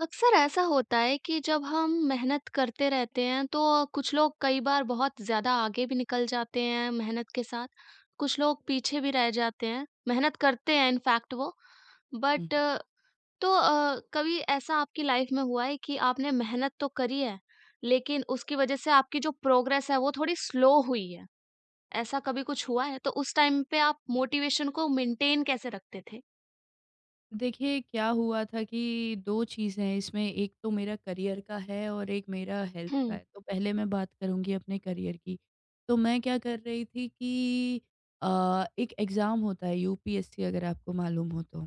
अक्सर ऐसा होता है कि जब हम मेहनत करते रहते हैं तो कुछ लोग कई बार बहुत ज़्यादा आगे भी निकल जाते हैं मेहनत के साथ, कुछ लोग पीछे भी रह जाते हैं, मेहनत करते हैं इनफैक्ट वो। हुँ, बट हुँ। तो कभी ऐसा आपकी लाइफ में हुआ है कि आपने मेहनत तो करी है, लेकिन उसकी वजह से आपकी जो प्रोग्रेस है वो थोड़ी स्लो हुई है, ऐसा कभी कुछ हुआ है? तो उस टाइम पे आप मोटिवेशन को मेंटेन कैसे रखते थे? देखिए, क्या हुआ था कि 2 चीज़ें हैं इसमें, एक तो मेरा करियर का है और एक मेरा हेल्थ का हुँ। है। तो पहले मैं बात करूँगी अपने करियर की। तो मैं क्या कर रही थी कि एक एग्ज़ाम होता है यूपीएससी अगर आपको मालूम हो तो।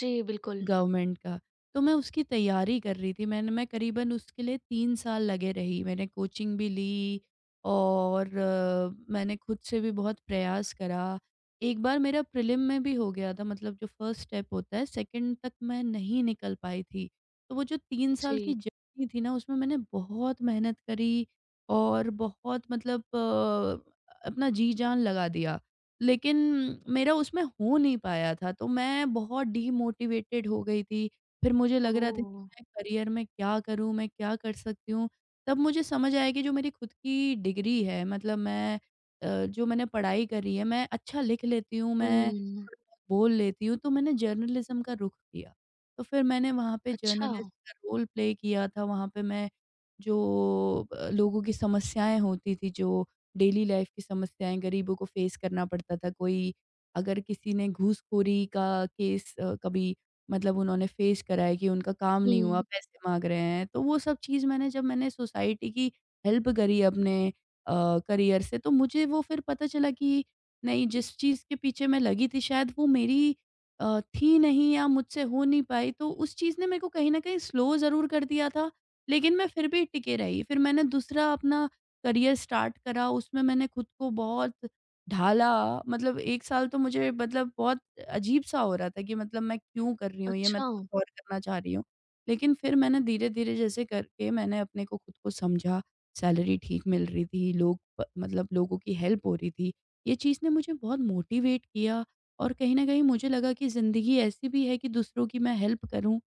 जी, बिल्कुल। गवर्नमेंट का। तो मैं उसकी तैयारी कर रही थी। मैं करीबन उसके लिए 3 साल लगे रही। मैंने कोचिंग भी ली और मैंने खुद से भी बहुत प्रयास करा। एक बार मेरा प्रीलिम में भी हो गया था मतलब जो फर्स्ट स्टेप होता है, सेकंड तक मैं नहीं निकल पाई थी। तो वो जो 3 साल जी। की जर्नी थी ना, उसमें मैंने बहुत मेहनत करी और बहुत मतलब अपना जी-जान लगा दिया। लेकिन मेरा उसमें हो नहीं पाया था, तो मैं बहुत डीमोटिवेटेड हो गई थी। फिर मुझे लग रहा था कि ओह! मैं करियर में क्या करूँ, मैं क्या कर सकती हूँ? तब मुझे समझ आया कि जो मेरी खुद की डिग्री है, मतलब मैं जो मैंने पढ़ाई करी है, मैं अच्छा लिख लेती हूँ, मैं हुँ। थोड़ा-बहुत बोल लेती हूँ, तो मैंने जर्नलिज़्म का रुख किया। तो फिर मैंने वहाँ पे अच्छा, जर्नलिस्ट का रोल प्ले किया था, वहाँ पे मैं जो लोगों की समस्याएँ होती थी, जो डेली लाइफ की समस्याएँ गरीबों को फेस करना पड़ता था। कोई अगर किसी ने घूसखोरी का केस कभी मतलब उन्होंने फेस करा है कि उनका काम नहीं हुआ, हुँ, पैसे माँग रहे हैं, तो वो सब चीज़ मैंने जब मैंने सोसाइटी की हेल्प करी अपने करियर से, तो मुझे वो फिर पता चला कि नहीं, जिस चीज़ के पीछे मैं लगी थी शायद वो मेरी थी नहीं या मुझसे हो नहीं पाई, तो उस चीज़ ने मेरे को कहीं न कहीं स्लो ज़रूर कर दिया था, लेकिन मैं फिर भी टिके रही। फिर मैंने दूसरा अपना करियर स्टार्ट करा, उसमें मैंने खुद को बहुत ढाला। मतलब 1 साल तो मुझे मतलब बहुत अजीब-सा हो रहा था कि मतलब मैं क्यों कर रही हूँ ये, मैं अच्छा। तो कुछ और करना चाह रही हूँ। लेकिन फिर मैंने धीरे-धीरे जैसे करके मैंने अपने को खुद को समझा, सैलरी ठीक मिल रही थी, लोग प मतलब लोगों की हेल्प हो रही थी। ये चीज़ ने मुझे बहुत मोटिवेट किया और कहीं न कहीं मुझे लगा कि ज़िंदगी ऐसी भी है कि दूसरों की मैं हेल्प करूँ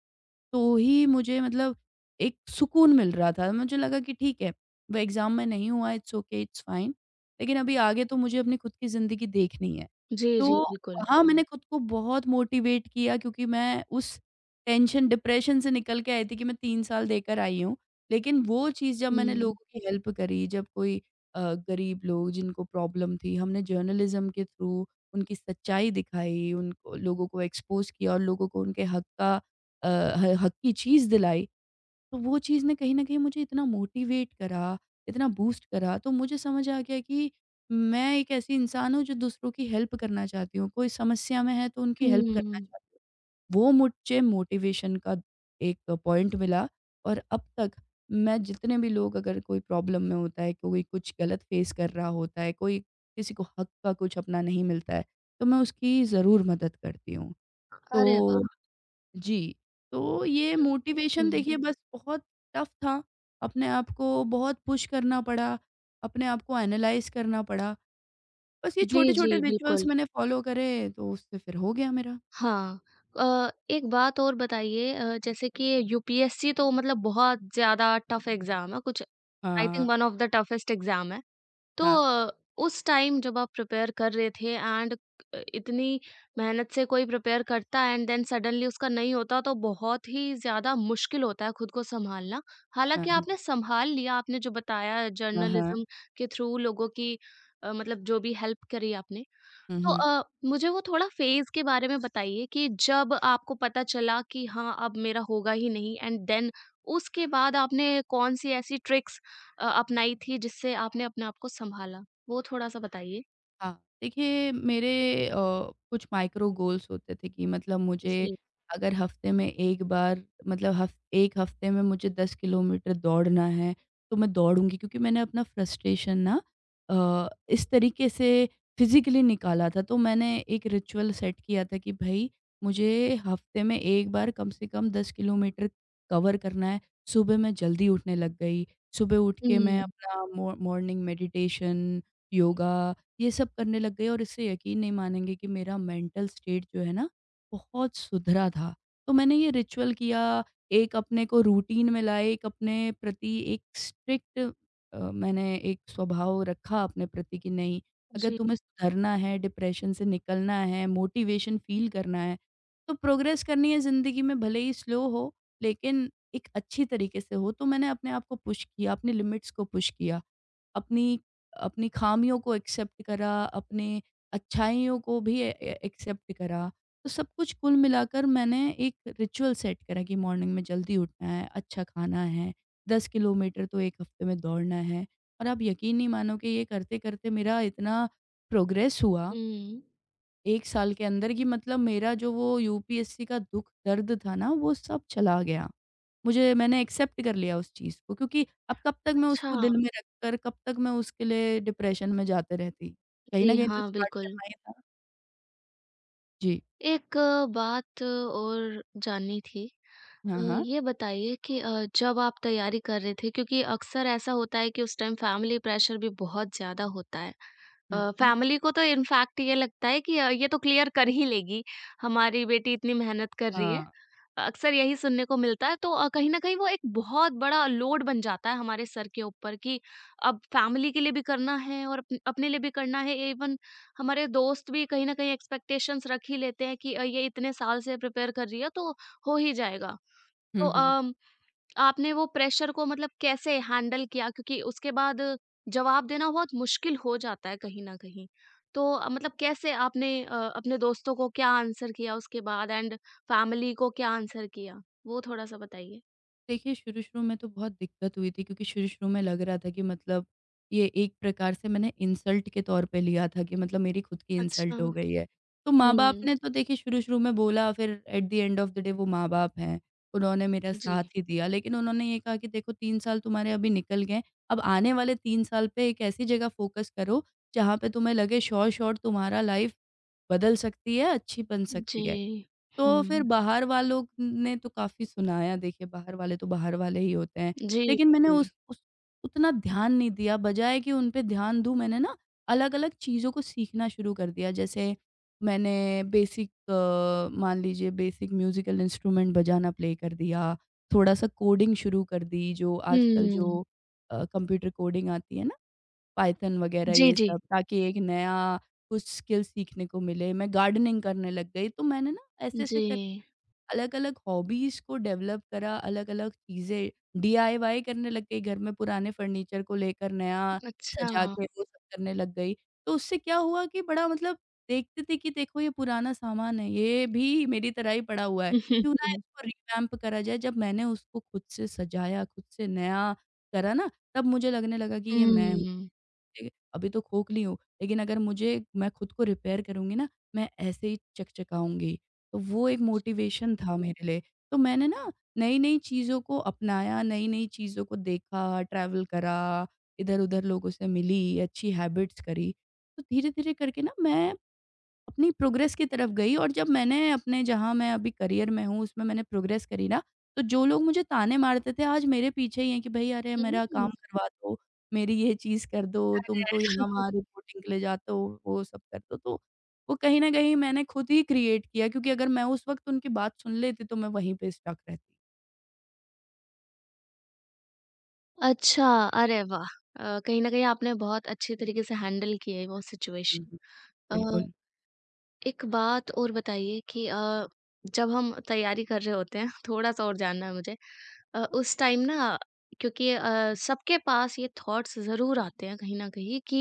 तो ही मुझे मतलब एक सुकून मिल रहा था। मुझे लगा कि ठीक है, वो एग्ज़ाम में नहीं हुआ, इट्स ओके, इट्स फाइन, लेकिन अभी आगे तो मुझे अपनी खुद की ज़िंदगी देखनी है। जी, जी, तो बिल्कुल। वहाँ मैंने खुद को बहुत मोटिवेट किया क्योंकि मैं उस टेंशन, डिप्रेशन से निकल के आई थी कि मैं 3 साल देकर आई हूँ। लेकिन वो चीज़ जब मैंने हुँ, लोगों की हेल्प करी, जब कोई अ, गरीब लोग जिनको प्रॉब्लम थी, हमने जर्नलिज़्म के थ्रू उनकी सच्चाई दिखाई, उनको लोगों को एक्सपोज़ किया और लोगों को उनके हक का अ, ह हक की चीज़ दिलाई, तो वो चीज़ ने कहीं न कहीं मुझे इतना मोटिवेट करा, इतना बूस्ट करा, तो मुझे समझ आ गया कि मैं एक ऐसी इंसान हूँ जो दूसरों की हेल्प करना चाहती हूँ, कोई समस्या में है तो उनकी हेल्प करना हुँ। चाहती हूँ। वो मुझे मोटिवेशन का एक पॉइंट मिला और अब तक मैं जितने भी लोग अगर कोई प्रॉब्लम में होता है, कोई कुछ गलत फेस कर रहा होता है, कोई किसी को हक का कुछ अपना नहीं मिलता है, तो मैं उसकी ज़रूर मदद करती हूँ। अरे तो वाह! जी, तो ये मोटिवेशन हुँ, देखिए बस बहुत टफ था, अपने आप को बहुत पुश करना पड़ा, अपने आप को एनालाइज़ करना पड़ा। बस ये जी, जी, छोटे-छोटे रिचुअल्स बिल्कुल। मैंने फ़ॉलो करे, तो उससे फिर हो गया मेरा। हाँ। एक बात और बताइए, जैसे कि यूपीएससी तो मतलब बहुत ज़्यादा टफ एग्ज़ाम है, कुछ आई हाँ, think one of the toughest exam है। तो हाँ, उस टाइम जब आप प्रिपेयर कर रहे थे एंड इतनी मेहनत से कोई प्रिपेयर करता है एंड देन सडनली उसका नहीं होता तो बहुत ही ज़्यादा मुश्किल होता है खुद को संभालना। हाँ, हालाँकि हाँ, आपने संभाल लिया, आपने जो बताया हाँ, हाँ। जर्नलिज़्म के थ्रू लोगों की मतलब जो भी हेल्प करी आपने। हुँ, तो हुँ। मुझे वो थोड़ा फ़ेज़ के बारे में बताइए कि जब आपको पता चला कि हाँ, अब मेरा होगा ही नहीं एंड देन उसके बाद आपने कौन-सी ऐसी ट्रिक्स अपनाई थी जिससे आपने अपने आप को सँभाला? वो थोड़ा-सा बताइए। हाँ, देखिए मेरे अ, कुछ माइक्रो गोल्स होते थे कि मतलब मुझे जी। अगर हफ़्ते में 1 बार मतलब हफ़ 1 हफ़्ते में मुझे 10 किलोमीटर दौड़ना है, तो मैं दौड़ूँगी क्योंकि मैंने अपना फ्रस्ट्रेशन ना इस तरीके से फिज़िकली निकाला था। तो मैंने एक रिचुअल सेट किया था कि भई मुझे हफ़्ते में 1 बार कम से कम 10 किलोमीटर कवर करना है। सुबह मैं जल्दी उठने लग गई, सुबह उठ के मैं हुँ। अपना मॉ मॉर्निंग मेडिटेशन, योगा ये सब करने लग गए और इससे यकीन नहीं मानेंगे कि मेरा मेंटल स्टेट जो है ना, बहुत सुधरा था। तो मैंने ये रिचुअल किया, एक अपने को रूटीन में लाए, एक अपने प्रति एक स्ट्रिक्ट मैंने एक स्वभाव रखा अपने प्रति कि नहीं, अगर जी। तुम्हें सुधरना है, डिप्रेशन से निकलना है, मोटिवेशन फ़ील करना है, तो प्रोग्रेस करनी है ज़िंदगी में भले ही स्लो हो, लेकिन एक अच्छी तरीके से हो। तो मैंने अपने आप को पुश किया, अपनी लिमिट्स को पुश किया, अपनी अपनी खामियों को एक्सेप्ट करा, अपने अच्छाइयों को भी ए ए एक्सेप्ट करा। तो सब कुछ कुल मिलाकर मैंने एक रिचुअल सेट करा कि मॉर्निंग में जल्दी उठना है, अच्छा खाना है, 10 किलोमीटर तो 1 हफ्ते में दौड़ना है। और आप यकीन नहीं मानोगे ये करते-करते मेरा इतना प्रोग्रेस हुआ हुँ। 1 साल के अंदर कि मतलब मेरा जो वो यूपीएससी का दुःख दर्द था ना, वो सब चला गया। मुझे मैंने एक्सेप्ट कर लिया उस चीज़ को क्योंकि अब कब तक मैं अच्छा, उसको दिल में रखकर कब तक मैं उसके लिए डिप्रेशन में जाते रहती। कहीं जी न कहीं तो हाँ, स्टार्ट बिल्कुल। करना ही था। जी। एक बात और जाननी थी। हाँ, हाँ। ये बताइए कि जब आप तैयारी कर रहे थे क्योंकि अक्सर ऐसा होता है कि उस टाइम फैमिली प्रेशर भी बहुत ज़्यादा होता है। हुँ, हुँ। फैमिली को तो इनफैक्ट ये लगता है कि ये तो क्लियर कर ही लेगी, हमारी बेटी इतनी मेहनत कर रही है। हाँ। अक्सर यही सुनने को मिलता है तो कहीं न कहीं वो एक बहुत बड़ा लोड बन जाता है हमारे सर के ऊपर कि अब फैमिली के लिए भी करना है और अप अपने लिए भी करना है। इवन हमारे दोस्त भी कहीं न कहीं एक्सपेक्टेशंस रख ही लेते हैं कि ये इतने साल से प्रिपेयर कर रही है तो हो ही जाएगा। तो हुँ, हुँ। आपने वो प्रेशर को मतलब कैसे हैंडल किया? क्योंकि उसके बाद जवाब देना बहुत मुश्किल हो जाता है कहीं न कहीं। तो मतलब कैसे आपने अपने दोस्तों को क्या आंसर किया उसके बाद एंड फैमिली को क्या आंसर किया? वो थोड़ा-सा बताइए। देखिए, शुरू-शुरू में तो बहुत दिक्कत हुई थी क्योंकि शुरू-शुरू में लग रहा था कि मतलब ये एक प्रकार से मैंने इंसल्ट के तौर पे लिया था कि मतलब मेरी खुद की अच्छा। इंसल्ट हो गई है। तो माँ-बाप हुँ। ने तो देखिए शुरू-शुरू में बोला फिर at the end of the day वो माँ-बाप हैं, उन्होंने मेरा जी। साथ ही दिया। लेकिन उन्होंने ये कहा कि देखो 3 साल तुम्हारे अभी निकल गए हैं, अब आने वाले 3 साल पे एक ऐसी जगह फ़ोकस करो जहाँ पे तुम्हें लगे श्योर श्योर तुम्हारा लाइफ़ बदल सकती है, अच्छी बन जी। सकती है। तो फिर हुँ। बाहर वालों ने तो काफ़ी सुनाया देखिए, बाहर वाले तो बाहर वाले ही होते हैं। जी, लेकिन मैंने बिल्कुल। उस उतना ध्यान नहीं दिया, बजाए कि उन पे ध्यान दूँ मैंने ना अलग-अलग चीज़ों को सीखना शुरू कर दिया। जैसे मैंने बेसिक मान लीजिए बेसिक म्यूज़िकल इंस्ट्रूमेंट बजाना प्ले कर दिया, थोड़ा-सा कोडिंग शुरू कर दी जो आजकल हुँ। जो कंप्यूटर कोडिंग आती है ना, पायथन वग़ैरह जी, ये जी। सब ताकि एक नया कुछ स्किल सीखने को मिले। मैं गार्डनिंग करने लग गई, तो मैंने ना ऐसे-ऐसे जी। कर अलग-अलग हॉबीज़ को डेवलप करा, अलग-अलग चीज़ें डीआईवाई करने लग गई घर में पुराने फर्नीचर को लेकर नया अच्छा। सजा के वो सब करने लग गई। तो उससे क्या हुआ कि बड़ा मतलब देखते थे कि देखो ये पुराना सामान है, ये भी मेरी तरह ही पड़ा हुआ है, क्यों ना इसको रिवैम्प करा जाए। जब मैंने उसको खुद से सजाया, खुद से नया करा ना, तब मुझे लगने लगा कि ये मैं हूँ। हुँ। देगा। अभी तो खोखली हूँ, लेकिन अगर मुझे मैं खुद को रिपेयर करूँगी ना, मैं ऐसे ही चकचकाऊँगी। तो वो एक मोटिवेशन था मेरे लिए। तो मैंने ना नई-नई चीज़ों को अपनाया, नई-नई चीज़ों को देखा, ट्रैवल करा, इधर-उधर लोगों से मिली, अच्छी हैबिट्स करी। तो धीरे-धीरे करके ना मैं अपनी प्रोग्रेस की तरफ गई और जब मैंने अपने जहाँ मैं अभी करियर में हूँ, उसमें मैंने प्रोग्रेस करी ना, तो जो लोग मुझे ताने मारते थे, आज मेरे पीछे ही हैं कि भई अरे मेरा काम हुँ। करवा दो, मेरी ये चीज़ कर दो, तुम तो यहाँ-वहाँ रिपोर्टिंग के लिए जाते हो, वो सब कर दो। तो वो कहीं न कहीं मैंने खुद ही क्रिएट किया क्योंकि अगर मैं उस वक़्त उनकी बात सुन लेती तो मैं वहीं पे स्टक रहती। अच्छा, अरे वाह! कहीं न कहीं आपने बहुत अच्छे तरीके से हैंडल की है वो हुँ, सिचुएशन। हुँ। अ, बिल्कुल। एक बात और बताइए कि जब हम तैयारी कर रहे होते हैं थोड़ा-सा और जानना है मुझे। उस टाइम ना क्योंकि सबके पास ये थॉट्स ज़रूर आते हैं कहीं न कहीं कि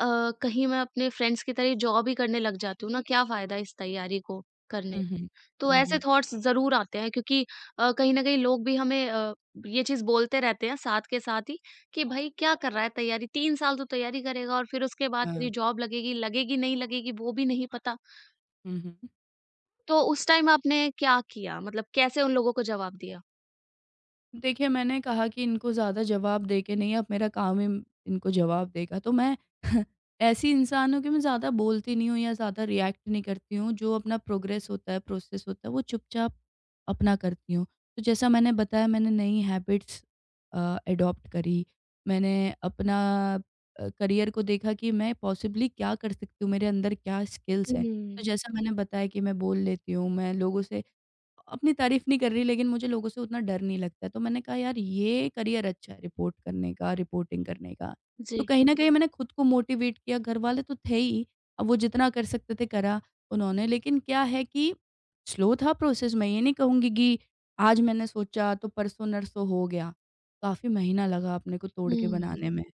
अ, कहीं मैं अपने फ्रेंड्स की तरह जॉब ही करने लग जाती हूँ ना, क्या फ़ायदा इस तैयारी को करने। हुँ, हुँ। तो हुँ, ऐसे हुँ। थॉट्स ज़रूर आते हैं क्योंकि कहीं न कहीं लोग भी हमें ये चीज़ बोलते रहते हैं साथ के साथ ही कि भाई क्या कर रहा है तैयारी, 3 साल तू तैयारी करेगा और फिर उसके बाद तेरी हाँ। जॉब लगेगी, लगेगी नहीं लगेगी वो भी नहीं पता। हुँ, हुँ। तो उस टाइम आपने क्या किया? मतलब कैसे उन लोगों को जवाब दिया? देखिए, मैंने कहा कि इनको ज़्यादा जवाब दे के नहीं अब मेरा काम ही इनको जवाब देगा। तो मैं ऐसी इंसान हूँ कि मैं ज़्यादा बोलती नहीं हूँ या ज़्यादा रिएक्ट नहीं करती हूँ। जो अपना प्रोग्रेस होता है, प्रोसेस होता है वो चुपचाप अपना करती हूँ। तो जैसा मैंने बताया मैंने नई हैबिट्स एडॉप्ट करी। मैंने अपना करियर को देखा कि मैं पॉसिबली क्या कर सकती हूँ, मेरे अंदर क्या स्किल्स हैं। हुँ। तो जैसा मैंने बताया कि मैं बोल लेती हूँ, मैं लोगों से अपनी तारीफ नहीं कर रही लेकिन मुझे लोगों से उतना डर नहीं लगता है। तो मैंने कहा यार ये करियर अच्छा है रिपोर्ट करने का, रिपोर्टिंग करने का। तो जी। कहीं न कहीं मैंने खुद को मोटिवेट किया, घरवाले तो थे ही, अब वो जितना कर सकते थे करा उन्होंने। लेकिन क्या है कि स्लो था प्रोसेस, मैं ये नहीं कहूँगी कि आज मैंने सोचा तो परसों नरसों हो गया। काफ़ी महीना लगा अपने को तोड़ के हुँ। बनाने में।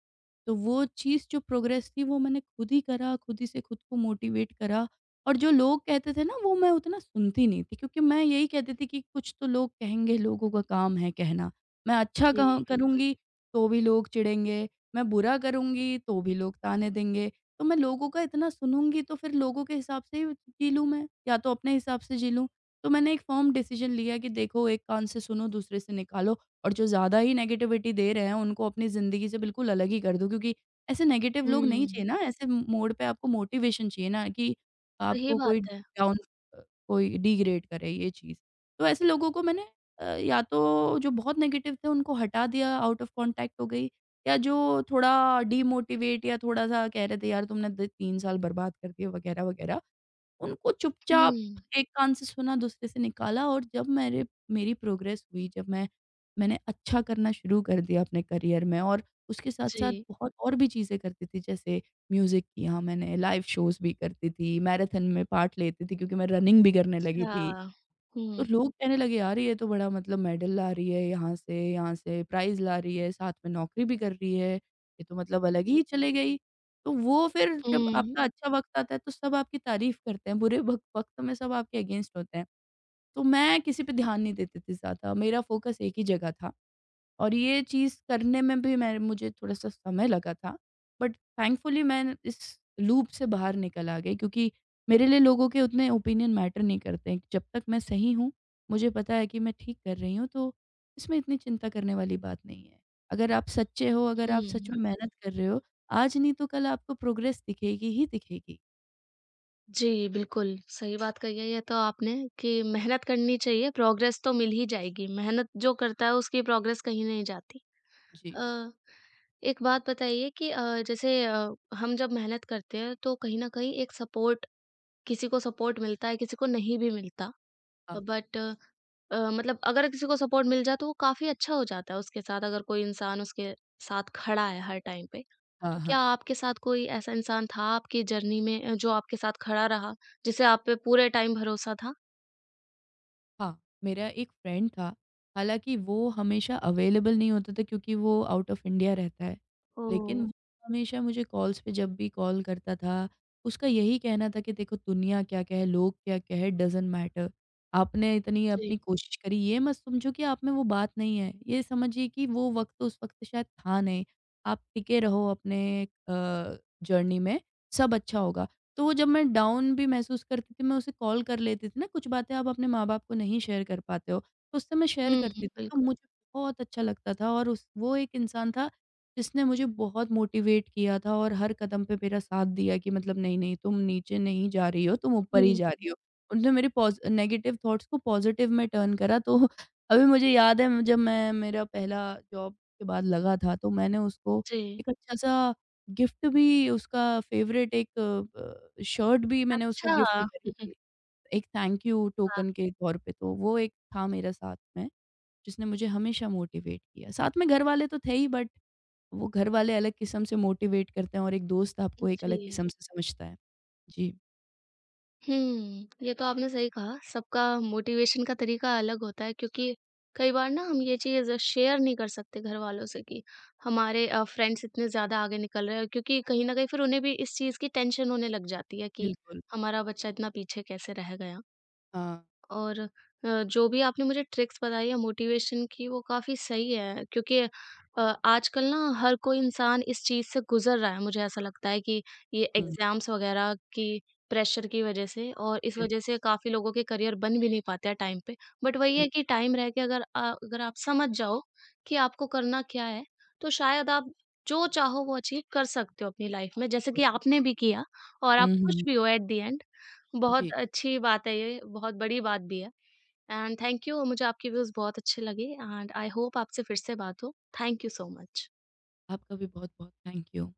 तो वो चीज़ जो प्रोग्रेस थी वो मैंने खुद ही करा, खुद ही से खुद को मोटिवेट करा। और जो लोग कहते थे ना वो मैं उतना सुनती नहीं थी क्योंकि मैं यही कहती थी कि कुछ तो लोग कहेंगे, लोगों का काम है कहना। मैं अच्छा जी, कह बिल्कुल। करूँगी तो भी लोग चिढ़ेंगे, मैं बुरा करूँगी तो भी लोग ताने देंगे। तो मैं लोगों का इतना सुनूँगी तो फिर लोगों के हिसाब से ही जी लूँ मैं या तो अपने हिसाब से जी लूँ। तो मैंने एक फर्म डिसीज़न लिया कि देखो, एक कान से सुनो, दूसरे से निकालो, और जो ज़्यादा ही नेगेटिविटी दे रहे हैं उनको अपनी ज़िंदगी से बिल्कुल अलग ही कर दो, क्योंकि ऐसे नेगेटिव लोग नहीं हुँ, चाहिए ना। ऐसे मोड़ पे आपको मोटिवेशन चाहिए ना, कि सही आपको कोई बात है। डाउन अ, कोई डिग्रेड करे ये चीज़। तो ऐसे लोगों को मैंने या तो जो बहुत नेगेटिव थे उनको हटा दिया, आउट ऑफ कॉन्टैक्ट हो गई, या जो थोड़ा डिमोटिवेट या थोड़ा-सा कह रहे थे, यार तुमने द 3 साल बर्बाद कर दिए वगैरह-वगैरह। उनको हुँ, चुपचाप एक कान से सुना, दूसरे से निकाला। और जब मेरे मेरी प्रोग्रेस हुई, जब मैंने अच्छा करना शुरू कर दिया अपने करियर में, और उसके साथ-साथ जी। बहुत और भी चीज़ें करती थी, जैसे म्यूज़िक किया मैंने, लाइव शोज़ भी करती थी, मैराथन में पार्ट लेती थी, क्योंकि मैं रनिंग भी करने लगी थी। अच्छा। हुँ, तो लोग कहने लगे, यार ये तो बड़ा मतलब मेडल ला रही है, यहाँ से प्राइज़ ला रही है, साथ में नौकरी भी कर रही है, ये तो मतलब अलग ही चले गई। तो वो फिर जब हुँ, आपका अच्छा वक़्त आता है तो सब आपकी तारीफ़ करते हैं, बुरे वक़्त वक़्त में सब आपके अगेंस्ट होते हैं। तो मैं किसी पे ध्यान नहीं देती थी ज़्यादा, मेरा फ़ोकस एक ही जगह था। और ये चीज़ करने में भी मैं मुझे थोड़ा-सा समय लगा था, बट थैंकफुली मैं इस लूप से बाहर निकल आ गई, क्योंकि मेरे लिए लोगों के उतने ओपिनियन मैटर नहीं करते हैं। जब तक मैं सही हूँ, मुझे पता है कि मैं ठीक कर रही हूँ, तो इसमें इतनी चिंता करने वाली बात नहीं है। अगर आप सच्चे हो, अगर आप सच हुँ। में मेहनत कर रहे हो, आज नहीं तो कल आपको प्रोग्रेस दिखेगी ही दिखेगी। जी, बिल्कुल, सही बात कही है ये तो आपने कि मेहनत करनी चाहिए, प्रोग्रेस तो मिल ही जाएगी, मेहनत जो करता है उसकी प्रोग्रेस कहीं नहीं जाती। जी। अ, एक बात बताइए कि हम जब मेहनत करते हैं तो कहीं न कहीं एक सपोर्ट, किसी को सपोर्ट मिलता है, किसी को नहीं भी मिलता। हाँ। बट मतलब अगर किसी को सपोर्ट मिल जाए तो वो काफ़ी अच्छा हो जाता है उसके साथ, अगर कोई इंसान उसके साथ खड़ा है हर टाइम पे। हाँ, तो क्या हाँ। आपके साथ कोई ऐसा इंसान था आपकी जर्नी में, जो आपके साथ खड़ा रहा, जिसे आप पे पूरे टाइम भरोसा था? हाँ, मेरा एक फ्रेंड था, हालाँकि वो हमेशा अवेलेबल नहीं होता था, क्योंकि वो आउट ऑफ़ इंडिया रहता है। ओह! लेकिन वो हमेशा मुझे कॉल्स पे, जब भी कॉल करता था, उसका यही कहना था कि देखो, दुनिया क्या कहे, लोग क्या कहे, डज़न्ट मैटर। आपने इतनी जी। अपनी कोशिश करी, ये मत समझो कि आप में वो बात नहीं है। ये समझिए कि वो वक़्त उस वक़्त शायद था नहीं। आप टिके रहो अपने अ, जर्नी में, सब अच्छा होगा। तो वो, जब मैं डाउन भी महसूस करती थी, मैं उसे कॉल कर लेती थी ना। कुछ बातें आप अपने माँ-बाप को नहीं शेयर कर पाते हो, तो उससे मैं शेयर हुँ, करती थी, तो बिल्कुल। मुझे बहुत अच्छा लगता था। और उस वो एक इंसान था, जिसने मुझे बहुत मोटिवेट किया था और हर कदम पे मेरा साथ दिया, कि मतलब नहीं, नहीं तुम नीचे नहीं जा रही हो, तुम ऊपर ही हुँ। जा रही हो। उन्होंने मेरे पॉज़ नेगेटिव थॉट्स को पॉज़िटिव में टर्न करा। तो अभी मुझे याद है, जब मैं मेरा पहला जॉब के बाद लगा था, तो मैंने उसको जी। एक अच्छा-सा गिफ्ट, भी उसका फ़ेवरेट एक शर्ट, भी मैंने उसको अच्छा। गिफ्ट करी हुँ, हुँ। थी। एक थैंक यू हाँ, टोकन के तौर पे। तो वो एक था मेरा साथ में, जिसने मुझे हमेशा मोटिवेट किया। साथ में घरवाले तो थे ही, बट वो घरवाले अलग किस्म से मोटिवेट करते हैं, और एक दोस्त आपको एक अलग जी। किस्म से समझता है। जी, ये तो आपने सही कहा। सबका मोटिवेशन का तरीका अलग होता है क्योंकि कई बार ना हम ये चीज़ शेयर नहीं कर सकते घर वालों से कि हमारे फ्रेंड्स इतने ज़्यादा आगे निकल रहे हैं क्योंकि कहीं न कहीं फिर उन्हें भी इस चीज़ की टेंशन होने लग जाती है कि बिल्कुल। हमारा बच्चा इतना पीछे कैसे रह गया। हाँ। और जो भी आपने मुझे ट्रिक्स बताई है मोटिवेशन की वो काफ़ी सही है क्योंकि आजकल ना हर कोई इंसान इस चीज़ से गुज़र रहा है, मुझे ऐसा लगता है कि ये हुँ, एग्ज़ाम्स वग़ैरह की प्रेशर की वज़ह से, और इस बिल्कुल, वज़ह से काफ़ी लोगों के करियर बन भी नहीं पाते हैं टाइम पे। बट वही है कि टाइम रह के अगर अगर आप समझ जाओ कि आपको करना क्या है, तो शायद आप जो चाहो वो अचीव कर सकते हो अपनी लाइफ़ में, जैसे कि बिल्कुल। आपने भी किया। और आप हुँ, खुश हुँ। भी हो एट द एंड। बहुत जी, अच्छी बात है ये, बहुत बड़ी बात भी है, एंड थैंक यू। मुझे आपके व्यूज़ बहुत अच्छे लगे एंड आई होप आपसे फिर से बात हो। Thank you so much. आपका भी बहुत-बहुत थैंक यू।